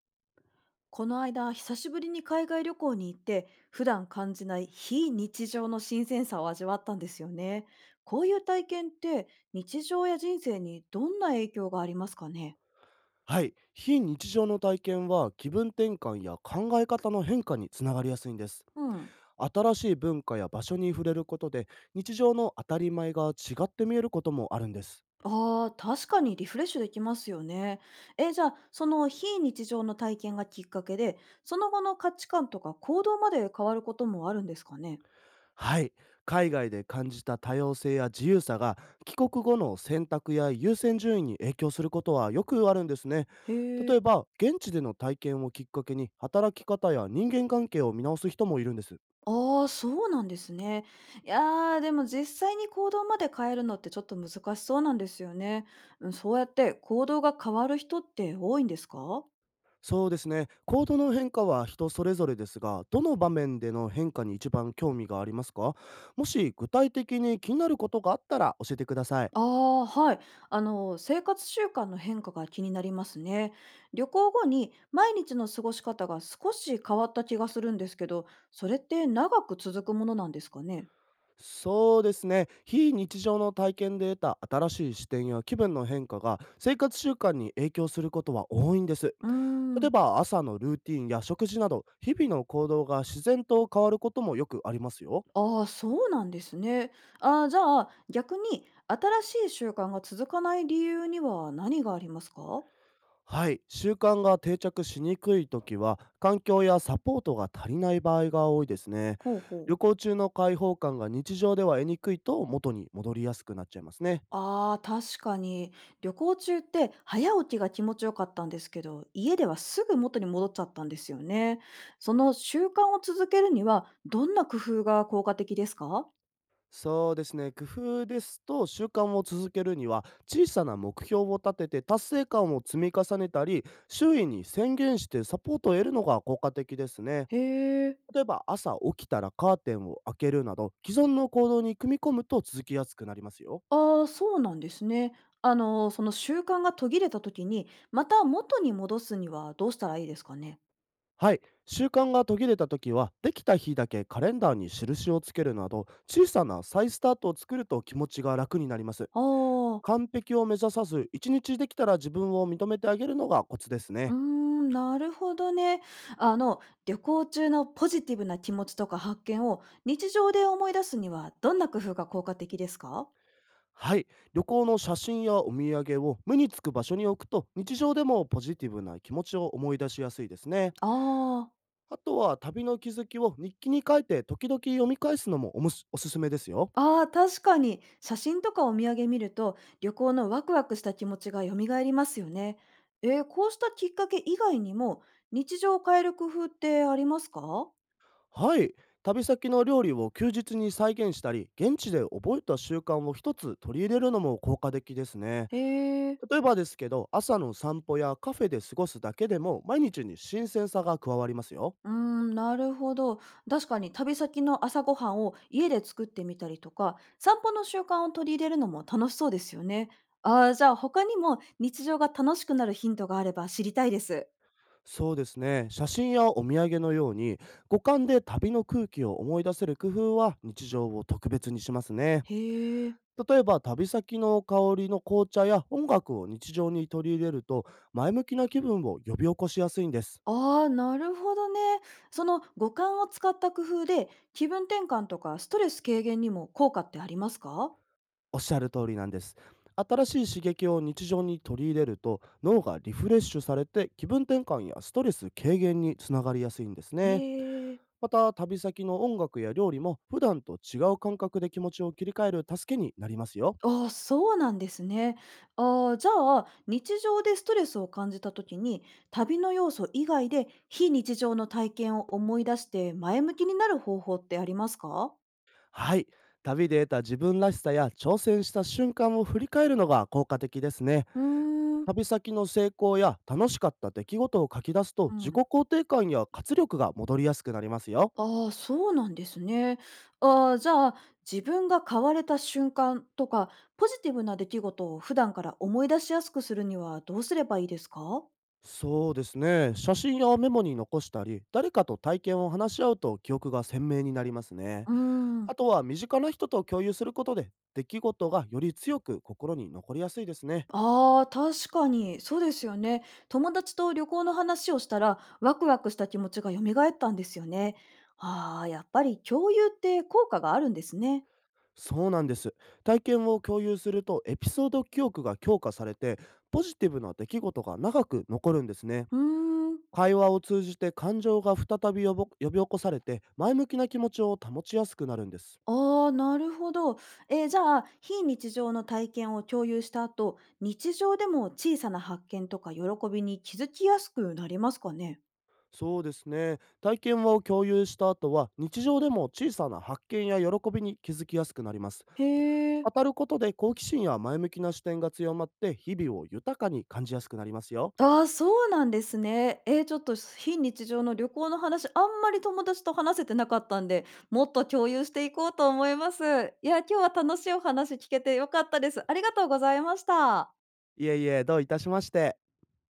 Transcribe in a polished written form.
この間、久しぶりに海外旅行に行って、普段感じない非日常の新鮮さを味わったんですよね。こういう体験って、日常や人生にどんな影響がありますかね。はい、非日常の体験は気分転換や考え方の変化につながりやすいんです。うん。新しい文化や場所に触れることで、日常の当たり前が違って見えることもあるんです。ああ、確かにリフレッシュできますよね。え、じゃあ、その非日常の体験がきっかけで、その後の価値観とか行動まで変わることもあるんですかね。はい、海外で感じた多様性や自由さが帰国後の選択や優先順位に影響することはよくあるんですね。へえ。例えば現地での体験をきっかけに、働き方や人間関係を見直す人もいるんです。ああ、そうなんですね。いやー、でも実際に行動まで変えるのってちょっと難しそうなんですよね。うん、そうやって行動が変わる人って多いんですか。そうですね。行動の変化は人それぞれですが、どの場面での変化に一番興味がありますか？もし具体的に気になることがあったら教えてください。ああ、はい。生活習慣の変化が気になりますね。旅行後に毎日の過ごし方が少し変わった気がするんですけど、それって長く続くものなんですかね。そうですね。非日常の体験で得た新しい視点や気分の変化が生活習慣に影響することは多いんです。うーん。例えば朝のルーティンや食事など、日々の行動が自然と変わることもよくありますよ。ああ、そうなんですね。ああ、じゃあ、逆に新しい習慣が続かない理由には何がありますか？はい、習慣が定着しにくい時は、環境やサポートが足りない場合が多いですね。ほうほう。旅行中の開放感が日常では得にくいと、元に戻りやすくなっちゃいますね。ああ、確かに。旅行中って早起きが気持ちよかったんですけど、家ではすぐ元に戻っちゃったんですよね。その習慣を続けるには、どんな工夫が効果的ですか？そうですね、工夫ですと、習慣を続けるには、小さな目標を立てて達成感を積み重ねたり、周囲に宣言してサポートを得るのが効果的ですね。へえ。例えば朝起きたらカーテンを開けるなど、既存の行動に組み込むと続きやすくなりますよ。ああ、そうなんですね。その習慣が途切れた時に、また元に戻すにはどうしたらいいですかね？はい、習慣が途切れた時は、できた日だけカレンダーに印をつけるなど、小さな再スタートを作ると気持ちが楽になります。ああ。完璧を目指さず、一日できたら自分を認めてあげるのがコツですうーね。ん、なるほどね。あの、旅行中のポジティブな気持ちとか発見を日常で思い出すにはどんな工夫が効果的ですか。はい、旅行の写真やお土産を目につく場所に置くと、日常でもポジティブな気持ちを思い出しやすいですね。あーあとは旅の気づきを日記に書いて時々読み返すのもおもしおすすめですよ。あー、確かに写真とかお土産見ると旅行のワクワクした気持ちが蘇りますよね。こうしたきっかけ以外にも日常を変える工夫ってありますか。はい。旅先の料理を休日に再現したり、現地で覚えた習慣を一つ取り入れるのも効果的ですね。へえ。例えばですけど、朝の散歩やカフェで過ごすだけでも、毎日に新鮮さが加わりますよ。うーん、なるほど。確かに旅先の朝ごはんを家で作ってみたりとか、散歩の習慣を取り入れるのも楽しそうですよね。ああ、じゃあ他にも日常が楽しくなるヒントがあれば知りたいです。そうですね。写真やお土産のように、五感で旅の空気を思い出せる工夫は日常を特別にしますね。へえ。例えば、旅先の香りの紅茶や音楽を日常に取り入れると、前向きな気分を呼び起こしやすいんです。ああ、なるほどね。その五感を使った工夫で気分転換とかストレス軽減にも効果ってありますか。おっしゃる通りなんです。新しい刺激を日常に取り入れると、脳がリフレッシュされて、気分転換やストレス軽減につながりやすいんですへね。え。また旅先の音楽や料理も、普段と違う感覚で気持ちを切り替える助けになりますよ。ああ、そうなんですね。ああ、じゃあ、日常でストレスを感じた時に、旅の要素以外で非日常の体験を思い出して前向きになる方法ってありますか？はい。旅で得た自分らしさや挑戦した瞬間を振り返るのが効果的ですね。うーん。旅先の成功や楽しかった出来事を書き出すと、う自己ん。肯定感や活力が戻りやすくなりますよ。ああ、そうなんですね。ああ、じゃあ、自分が変われた瞬間とか、ポジティブな出来事を普段から思い出しやすくするにはどうすればいいですか？そうですね。写真やメモに残したり、誰かと体験を話し合うと記憶が鮮明になりますね。うーん。あとは身近な人と共有することで、出来事がより強く心に残りやすいですね。ああ、確かに、そうですよね。友達と旅行の話をしたら、ワクワクした気持ちが蘇ったんですよね。ああ、やっぱり共有って効果があるんですね。そうなんです。体験を共有するとエピソード記憶が強化されて、ポジティブな出来事が長く残るんですね。うーん。会話を通じて感情が再び呼び起こされて、前向きな気持ちを保ちやすくなるんです。ああ、なるほど。じゃあ、非日常の体験を共有した後、日常でも小さな発見とか喜びに気づきやすくなりますかね。そうですね。体験を共有した後は、日常でも小さな発見や喜びに気づきやすくなります。へえ。語ることで好奇心や前向きな視点が強まって、日々を豊かに感じやすくなりますよ。ああ、そうなんですね。ちょっと非日常の旅行の話、あんまり友達と話せてなかったんで、もっと共有していこうと思います。いや、今日は楽しいお話聞けて良かったです。ありがとうございました。いえいえ、どういたしまして。